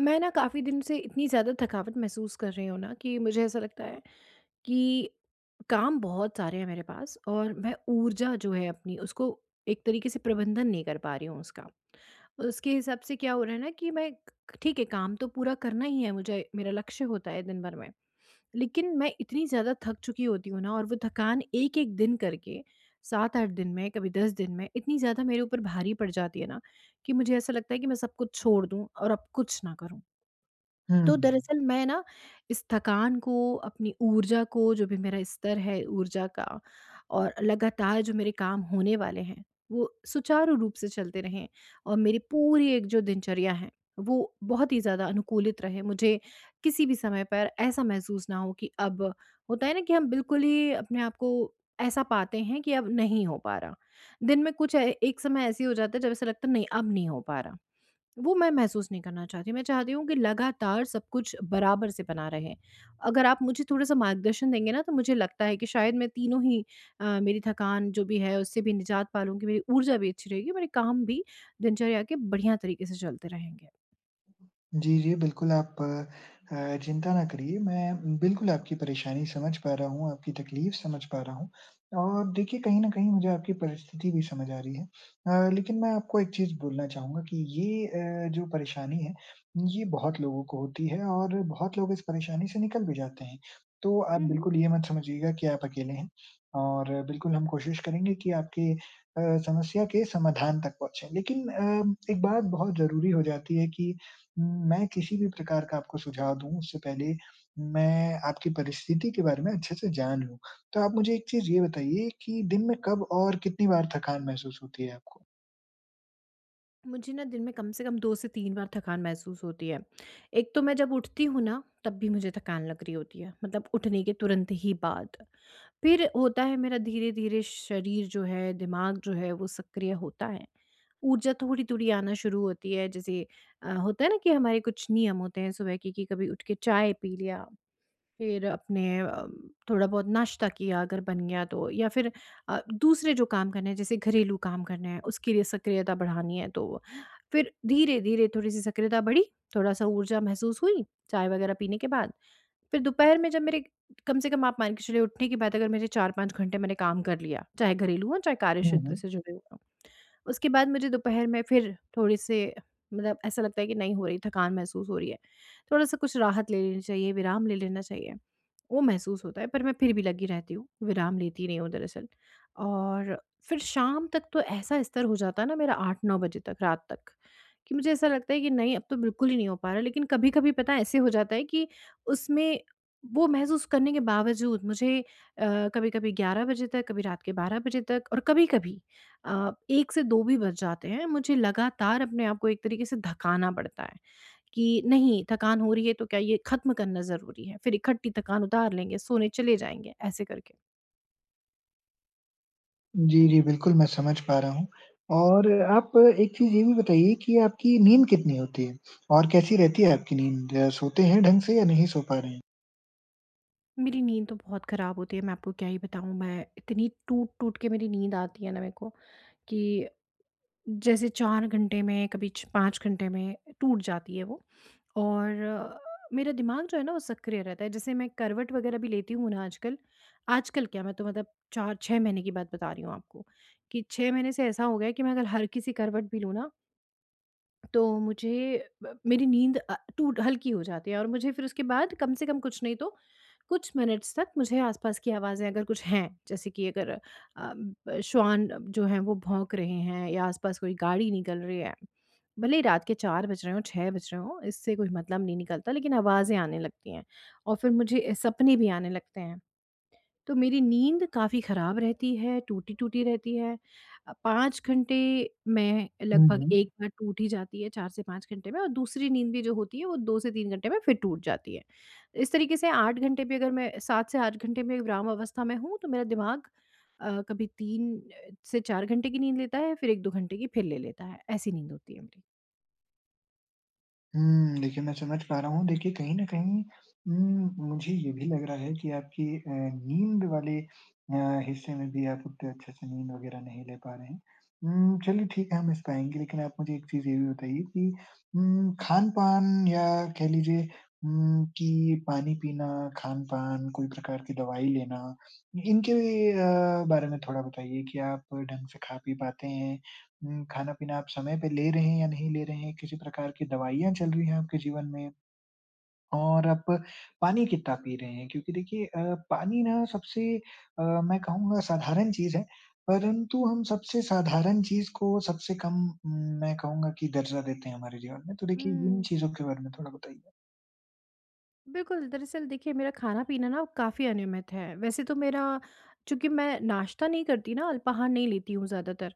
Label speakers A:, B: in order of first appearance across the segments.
A: मैं ना काफ़ी दिन से इतनी ज़्यादा थकावट महसूस कर रही हूँ ना कि मुझे ऐसा लगता है कि काम बहुत सारे हैं मेरे पास और मैं ऊर्जा जो है अपनी उसको एक तरीके से प्रबंधन नहीं कर पा रही हूँ उसका उसके हिसाब से क्या हो रहा है ना कि मैं ठीक है काम तो पूरा करना ही है मुझे, मेरा लक्ष्य होता है दिन भर में। लेकिन मैं इतनी ज़्यादा थक चुकी होती हूँ ना और वो थकान एक एक दिन करके सात आठ दिन में, कभी दस दिन में इतनी ज़्यादा मेरे ऊपर भारी पड़ जाती है ना कि मुझे ऐसा लगता है कि मैं सब कुछ छोड़ दूँ और अब कुछ ना करूँ। तो
B: हुँ।
A: दरअसल मैं ना इस थकान को, अपनी ऊर्जा को, जो भी मेरा स्तर है ऊर्जा का और लगातार जो मेरे काम होने वाले हैं, वो सुचारू रूप से चलते रहें और मेरी पूरी एक जो दिनचर्या है, वो बहुत ही ज़्यादा अनुकूलित रहे। मुझे किसी भी समय पर ऐसा महसूस ना हो कि अब होता है ना कि हम बिल्कुल ही अपने आप को ऐसा पाते हैं कि अब नहीं हो पा रहा। दिन में कुछ ए एक समय ऐसे हो जाता है जब ऐसा लगता है नहीं अब नहीं हो पा रहा। वो मैं महसूस नहीं करना चाहती, मैं चाहती हूँ कि लगातार सब कुछ बराबर से बना रहे। अगर आप मुझे थोड़ा-सा मार्गदर्शन देंगे ना तो मुझे लगता है कि शायद मैं तीनों ही मेरी थकान जो भी है उससे भी निजात पा लूँगी, मेरी ऊर्जा भी अच्छी रहेगी, मेरे काम भी दिनचर्या के बढ़िया तरीके से चलते रहेंगे।
B: जी, जी, बिल्कुल आप चिंता ना करिए, मैं बिल्कुल आपकी परेशानी समझ पा रहा हूँ, आपकी तकलीफ़ समझ पा रहा हूँ और देखिए कहीं न कहीं मुझे आपकी परिस्थिति भी समझ आ रही है। लेकिन मैं आपको एक चीज़ बोलना चाहूँगा कि ये जो परेशानी है, ये बहुत लोगों को होती है और बहुत लोग इस परेशानी से निकल भी जाते हैं। तो आप
A: हुँ, हुँ।
B: बिल्कुल ये मत समझिएगा कि आप अकेले हैं और बिल्कुल हम कोशिश करेंगे कि आपके समस्या के समाधान तक पहुँचे। लेकिन एक बात बहुत ज़रूरी हो जाती है कि मैं किसी भी प्रकार का आपको सुझाव दूँ उससे पहले मैं आपकी परिस्थिति के बारे में अच्छे से जान लूँ। तो आप मुझे एक चीज़ ये बताइए कि दिन में कब और कितनी बार थकान महसूस होती है आपको?
A: मुझे ना दिन में कम से कम 2 से 3 बार थकान महसूस होती है। एक तो मैं जब उठती हूँ ना तब भी मुझे थकान लग रही होती है, मतलब उठने के तुरंत ही बाद। फिर होता है मेरा, धीरे-धीरे शरीर जो है, दिमाग जो है वो सक्रिय होता है। ऊर्जा थोड़ी-थोड़ी आना शुरू होती है जैसे होता है ना कि हमारे कुछ नियम होते हैं सुबह के कि कभी उठ के चाय पी लिया, फिर अपने थोड़ा बहुत नाश्ता किया अगर बन गया तो, या फिर दूसरे जो काम करने हैं जैसे घरेलू काम करने हैं उसके लिए सक्रियता बढ़ानी है तो फिर धीरे-धीरे थोड़ी-सी सक्रियता बढ़ी, थोड़ा-सा ऊर्जा महसूस हुई, चाय वगैरह पीने के बाद। फिर दोपहर में जब मेरे कम से कम आप मान के चलिए उठने की बात, अगर मेरे 4-5 घंटे मैंने काम कर लिया, चाहे घरेलू हो, चाहे कार्य
B: हुँ,
A: क्षेत्र
B: हुँ।
A: से जुड़े हुए हों। उसके बाद मुझे दोपहर में फिर थोड़े-से मतलब ऐसा लगता है कि नहीं हो रही, थकान महसूस हो रही है। थोड़ा-सा कुछ राहत ले लेनी चाहिए, विराम ले लेना चाहिए, वो महसूस होता है पर मैं फिर भी लगी रहती हूँ, विराम लेती नहीं हूँ दरअसल। और फिर शाम तक तो ऐसा स्तर हो जाता है ना मेरा 8-9 बजे तक, रात तक, कि मुझे ऐसा लगता है कि नहीं अब तो बिल्कुल ही नहीं हो पा रहा है। लेकिन कभी-कभी पता है ऐसे हो जाता है कि उसमें वो महसूस करने के बावजूद मुझे कभी-कभी 11 बजे तक, कभी रात के 12 बजे तक और कभी-कभी 1 से 2 भी बज जाते हैं। मुझे लगातार अपने आप को एक तरीके से धकाना पड़ता है कि नहीं थकान हो रही है तो क्या ये, ख़त्म करना ज़रूरी है। फिर इकट्ठी थकान उतार लेंगे, सोने चले जाएँगे, ऐसे करके।
B: जी, जी, बिल्कुल मैं समझ पा रहा हूँ। और आप एक चीज़ ये भी बताइए कि आपकी नींद कितनी होती है? और कैसी रहती है आपकी नींद? सोते हैं ढंग से या नहीं सो पा रहे हैं?
A: मेरी नींद तो बहुत ख़राब होती है, मैं आपको क्या ही बताऊँ। मैं इतनी टूट-टूट के मेरी नींद आती है ना मेरे को कि जैसे 4 घंटे में, कभी छ 5 घंटे में टूट जाती है वो। और मेरा दिमाग जो है ना वो सक्रिय रहता है, जैसे मैं करवट वगैरह भी लेती हूँ ना आजकल। आजकल क्या, मैं तो मतलब चार छः महीने की बात बता रही हूँ आपको कि छः महीने से ऐसा हो गया है कि मैं अगर हर किसी करवट भी लूँ ना तो मुझे ब मेरी नींद टूट हल्की हो जाती है और मुझे फिर उसके बाद, कम से कम कुछ नहीं तो कुछ मिनट्स तक मुझे आसपास की आवाज़ें, अगर कुछ हैं, जैसे कि अगर ब श्वान जो हैं वो भौंक रहे हैं या आसपास कोई गाड़ी निकल रही है, भले ही रात के 4 बज रहे हों, 6 बज रहे हों, इससे कोई मतलब नहीं निकलता, लेकिन आवाज़ें आने लगती हैं और फिर मुझे सपने भी आने लगते हैं। तो मेरी नींद काफ़ी ख़राब रहती है, टूटी-टूटी रहती है। 5 घंटे में
B: हुँ,
A: लगभग
B: हुँ।
A: एक बार टूट ही जाती है, 4 से 5 घंटे में, और दूसरी नींद भी जो होती है वो 2 से 3 घंटे में फिर टूट जाती है। इस तरीके से 8 घंटे भी अगर मैं, 7 से 8 घंटे में विराम अवस्था में हूँ, तो मेरा दिमाग कभी 3 से 4 घंटे की नींद लेता है, फिर 1-2 घंटे की फिर ले लेता है। ऐसी नींद होती है मेरी।
B: हुँ, देखिए मैं समझ पा रहा हूँ। देखिए कहीं न कहीं मुझे ये भी लग रहा है कि आपकी नींद वाले हिस्से में भी आप उतने अच्छे से नींद वग़ैरह नहीं ले पा रहे हैं। चलिए ठीक है हम इस पाएँगे लेकिन आप मुझे एक चीज़ ये भी बताइए कि खान-पान या कह लीजिए कि पानी पीना, खान-पान, कोई प्रकार की दवाई लेना, इनके बारे में थोड़ा बताइए कि आप ढंग से खा-पी पाते हैं? हुँ, खाना-पीना आप समय पे ले रहे हैं या नहीं ले रहे हैं, किसी प्रकार की दवाइयाँ चल रही हैं आपके जीवन में और आप पानी कितना पी रहे हैं क्योंकि देखिए पानी ना सबसे मैं कहूँगा साधारण चीज़ है, परंतु हम सबसे साधारण चीज़ को सबसे कम उम, मैं कहूँगा कि दर्जा देते हैं हमारे जीवन में। तो देखिए इन
A: हुँ।
B: चीज़ों के बारे में थोड़ा बताइए?
A: बिल्कुल, दरअसल देखिए मेरा खाना-पीना ना काफ़ी अनियमित है। वैसे तो मेरा, चूँकि मैं नाश्ता नहीं करती ना, अल्पाहार नहीं लेती हूँ ज़्यादातर,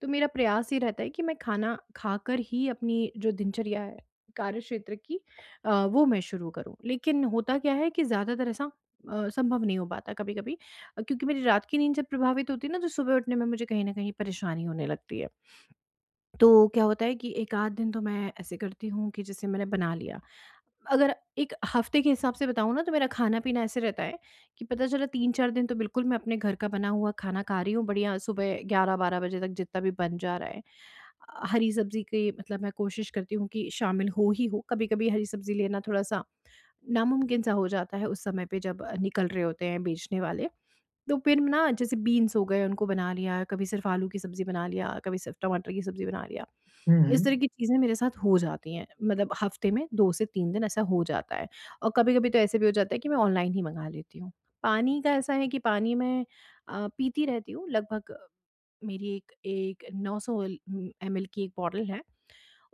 A: तो मेरा प्रयास ये रहता है कि मैं खाना खाकर ही अपनी जो दिनचर्या है, कार्यक्षेत्र की वो मैं शुरू करूँ। लेकिन होता क्या है कि ज़्यादातर ऐसा संभव नहीं हो पाता कभी-कभी क्योंकि मेरी रात की नींद जब प्रभावित होती है ना, तो सुबह उठने में मुझे कहीं न कहीं परेशानी होने लगती है। तो क्या होता है कि एक आध दिन तो मैं ऐसे करती हूँ कि जैसे मैंने बना लिया। अगर एक हफ़्ते के हिसाब से बताऊँ ना, तो मेरा खाना-पीना ऐसे रहता है कि पता चला 3-4 दिन तो बिल्कुल मैं अपने घर का बना हुआ खाना खा रही हूँ, बढ़िया सुबह 11-12 बजे तक जितना भी बन जा रहा है। हरी सब्ज़ी की मतलब मैं कोशिश करती हूँ कि शामिल हो ही हो, कभी-कभी हरी सब्ज़ी लेना थोड़ा-सा नामुमकिन सा हो जाता है उस समय पे जब निकल रहे होते हैं बेचने वाले। तो फिर ना जैसे बीन्स हो गए उनको बना लिया, कभी सिर्फ़ आलू की सब्ज़ी बना लिया, कभी सिर्फ़ टमाटर की सब्ज़ी बना लिया।
B: हुँ,
A: इस
B: हुँ।
A: तरह की चीज़ें मेरे साथ हो जाती हैं, मतलब हफ़्ते में 2 से 3 दिन ऐसा हो जाता है, और कभी-कभी तो ऐसे भी हो जाता है कि मैं ऑनलाइन ही मँगा लेती हूँ। पानी का ऐसा है कि पानी मैं पीती रहती हूँ लगभग। मेरी एक एक 900 एल एमएल की एक बॉटल है।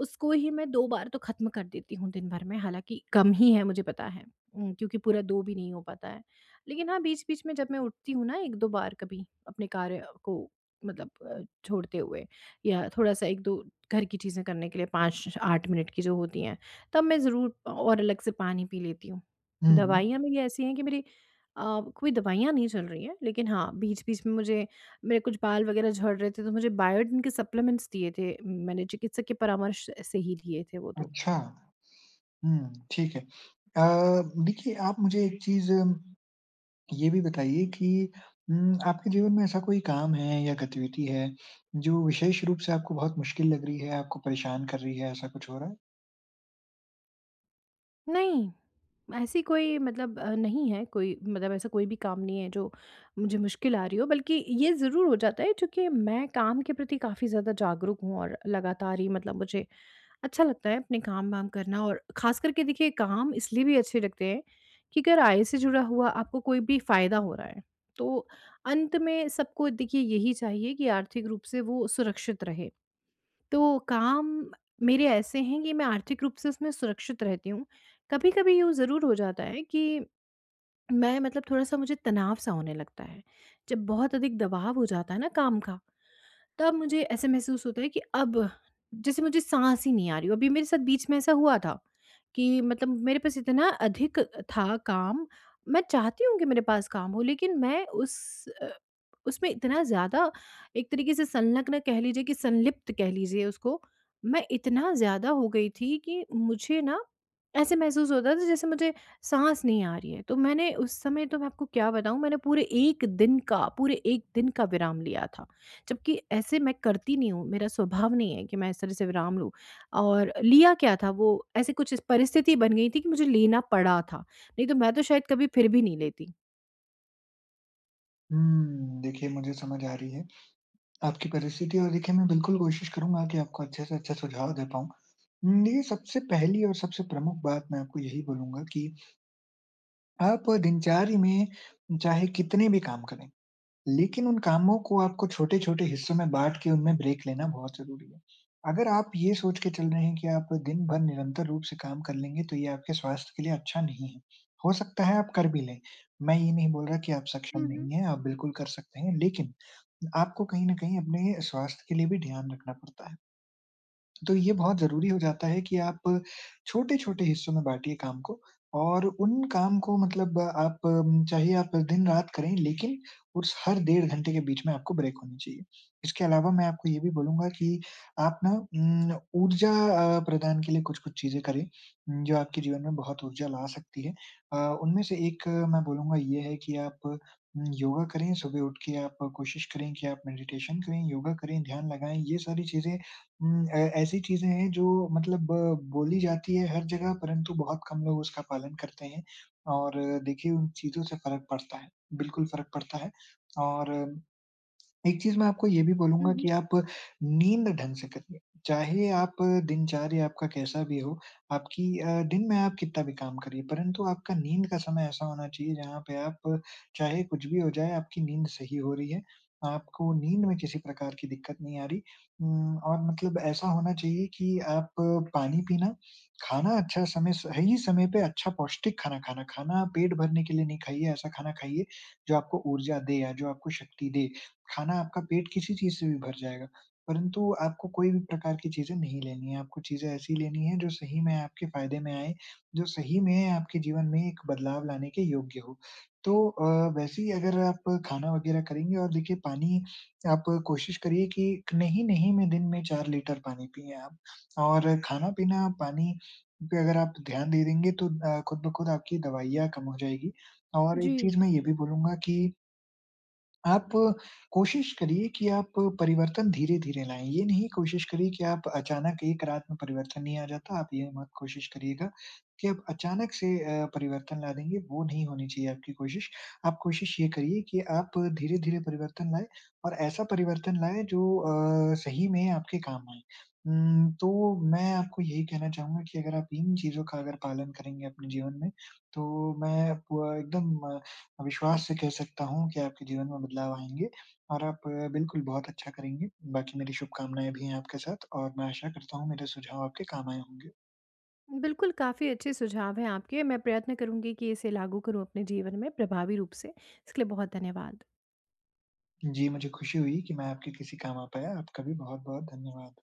A: उसको ही मैं 2 बार तो ख़त्म कर देती हूँ दिन भर में, हालाँकि कम ही है मुझे पता है, क्योंकि पूरा 2 भी नहीं हो पाता है। लेकिन हाँ, बीच-बीच में जब मैं उठती हूँ ना 1-2 बार, कभी अपने कार्य को मतलब छोड़ते हुए, या थोड़ा-सा 1-2 घर की चीज़ें करने के लिए 5-8 मिनट की जो होती हैं, तब मैं ज़रूर और अलग से पानी पी लेती हूँ।
B: हुँ, हुँ।
A: दवाइयाँ मेरी ऐसी हैं कि कोई दवाइयाँ नहीं चल रही हैं, लेकिन हाँ, बीच-बीच में मुझे, मेरे कुछ बाल वगैरह झड़ रहे थे तो मुझे बायोटिन के सप्लीमेंट्स दिए थे, मैंने चिकित्सक के परामर्श से ही लिए थे वो तो।
B: अच्छा। हुँ, ठीक है। अ, देखिए आप मुझे एक चीज़ ये भी बताइए कि आपके जीवन में ऐसा कोई काम है या गतिविधि है, जो विशेष रूप से आपको बहुत मुश्किल लग रही है, आपको परेशान कर रही है, ऐसा कुछ हो रहा है?
A: नहीं, ऐसी कोई मतलब नहीं है, कोई मतलब ऐसा कोई भी काम नहीं है जो मुझे मुश्किल आ रही हो, बल्कि ये ज़रूर हो जाता है क्योंकि मैं काम के प्रति काफ़ी ज़्यादा जागरूक हूँ और लगातार ही मतलब मुझे अच्छा लगता है अपने काम-वाम करना। और ख़ास करके देखिए काम इसलिए भी अच्छे लगते हैं कि अगर आय से जुड़ा हुआ आपको कोई भी फ़ायदा हो रहा है, तो अंत में सबको देखिए यही चाहिए कि आर्थिक रूप से वो सुरक्षित रहे। तो काम मेरे ऐसे हैं कि मैं आर्थिक रूप से उसमें सुरक्षित रहती हूँ। कभी-कभी यूँ ज़रूर हो जाता है कि मैं, मतलब थोड़ा-सा मुझे तनाव-सा होने लगता है। जब बहुत अधिक दबाव हो जाता है ना काम का, तब मुझे ऐसे महसूस होता है कि अब जैसे मुझे साँस ही नहीं आ रही हो। अभी मेरे साथ बीच में ऐसा हुआ था कि मतलब मेरे पास इतना अधिक था काम, मैं चाहती हूँ कि मेरे पास काम हो, लेकिन मैं अ, उसमें इतना ज़्यादा एक तरीके से संलग्न कह लीजिए, कि संलिप्त कह लीजिए उसको, मैं इतना ज़्यादा हो गई थी कि मुझे ना ऐसे महसूस होता था जैसे मुझे साँस नहीं आ रही है। तो मैंने उस समय, तो मैं आपको क्या बताऊँ, मैंने पूरे 1 दिन का पूरे 1 दिन का विराम लिया था। जबकि ऐसे मैं करती नहीं हूँ, मेरा स्वभाव नहीं है कि मैं इस तरह से विराम लूँ, और लिया क्या था वो, ऐसे कुछ इस परिस्थिति बन गई थी कि मुझे लेना पड़ा था, नहीं तो मैं तो शायद कभी फिर भी नहीं लेती।
B: हुँ, देखिए मुझे समझ आ रही है आपकी परिस्थिति और देखिए मैं बिल्कुल कोशिश करूँगा कि आपको अच्छे से अच्छा सुझाव दे पाऊँ। देखिए सबसे पहली और सबसे प्रमुख बात मैं आपको यही बोलूँगा कि आप दिनचर्या में चाहे कितने भी काम करें, लेकिन उन कामों को आपको छोटे-छोटे हिस्सों में बाँट के उनमें ब्रेक लेना बहुत ज़रूरी है। अगर आप ये सोच के चल रहे हैं कि आप दिन भर निरंतर रूप से काम कर लेंगे, तो ये आपके स्वास्थ्य के लिए अच्छा नहीं है। हो सकता है आप कर भी लें, मैं ये नहीं बोल रहा कि आप
A: हुँ,
B: सक्षम
A: हुँ।
B: नहीं हैं, आप बिल्कुल कर सकते हैं। लेकिन आपको कहीं न कहीं अपने स्वास्थ्य के लिए भी ध्यान रखना पड़ता है। तो ये बहुत ज़रूरी हो जाता है कि आप छोटे-छोटे हिस्सों में बाँटिए काम को और उन काम को मतलब आप चाहे आप दिन-रात करें, लेकिन उस हर डेढ़ घंटे के बीच में आपको ब्रेक होनी चाहिए। इसके अलावा मैं आपको ये भी बोलूँगा कि आप ना ऊर्जा प्रदान के लिए कुछ-कुछ चीज़ें करें जो आपके जीवन में बहुत ऊर्जा ला सकती है। अ, उनमें से एक मैं बोलूँगा ये है कि आप योगा करें, सुबह उठ के आप कोशिश करें कि आप मेडिटेशन करें, योगा करें, ध्यान लगाएँ। ये सारी चीज़ें हुँ, ऐ ऐसी चीज़ें हैं जो मतलब बोली जाती है हर जगह परंतु बहुत कम लोग उसका पालन करते हैं और देखिए उन चीज़ों से फ़र्क पड़ता है, बिल्कुल फ़र्क पड़ता है और एक चीज़ मैं आपको ये भी बोलूँगा
A: हुँ,
B: कि
A: हुँ।
B: आप नींद ढंग से करिए। चाहे आप दिनचर्या आपका कैसा भी हो, आपकी दिन में आप कितना भी काम करिए, परंतु आपका नींद का समय ऐसा होना चाहिए जहाँ पे आप चाहे कुछ भी हो जाए, आपकी नींद सही हो रही है। आपको नींद में किसी प्रकार की दिक्कत नहीं आ रही। और मतलब ऐसा होना चाहिए कि आप पानी पीना, खाना अच्छा समय सही समय पे अच्छा पौष्टिक खाना खाना, खाना पेट भरने के लिए नहीं खाइए, ऐसा खाना खाइए जो आपको ऊर्जा दे या जो आपको शक्ति दे। खाना आपका पेट किसी चीज़ से भी भर जाएगा, परंतु आपको कोई भी प्रकार की चीज़ें नहीं लेनी है, आपको चीज़ें ऐसी लेनी है जो सही में आपके फ़ायदे में आए, जो सही में आपके जीवन में एक बदलाव लाने के योग्य हो। तो वैसे ही अगर आप खाना वग़ैरह करेंगे और देखिए पानी आप कोशिश करिए कि नहीं, मैं दिन में 4 लीटर पानी पिएँ आप और खाना-पीना पानी पे अगर आप ध्यान दे देंगे तो खुद ब खुद आपकी दवाइयाँ कम हो जाएगी और एक
A: जी,
B: चीज़ मैं ये भी बोलूँगा कि आप कोशिश करिए कि आप परिवर्तन धीरे-धीरे लाएँ। ये नहीं कोशिश करिए कि आप अचानक एक रात में परिवर्तन नहीं आ जाता, आप ये मत कोशिश करिएगा कि आप अचानक से परिवर्तन ला देंगे, वो नहीं होनी चाहिए आपकी कोशिश। आप कोशिश ये करिए कि आप धीरे-धीरे परिवर्तन लाएँ और ऐसा परिवर्तन लाएँ जो सही में आपके काम आए। तो मैं आपको यही कहना चाहूँगा कि अगर आप इन चीज़ों का अगर पालन करेंगे अपने जीवन में, तो मैं प एकदम विश्वास से कह सकता हूँ कि आपके जीवन में बदलाव आएँगे और आप बिल्कुल बहुत अच्छा करेंगे। बाकी मेरी शुभकामनाएँ भी हैं आपके साथ और मैं आशा करता हूँ मेरे सुझाव आपके काम आए होंगे।
A: बिल्कुल काफ़ी अच्छे सुझाव हैं आपके, मैं प्रयत्न करूँगी कि इसे लागू करूँ अपने जीवन में प्रभावी रूप से। इसके लिए बहुत धन्यवाद।
B: जी, मुझे खुशी हुई कि मैं आपके किसी काम आ पाया। आपका भी बहुत-बहुत धन्यवाद।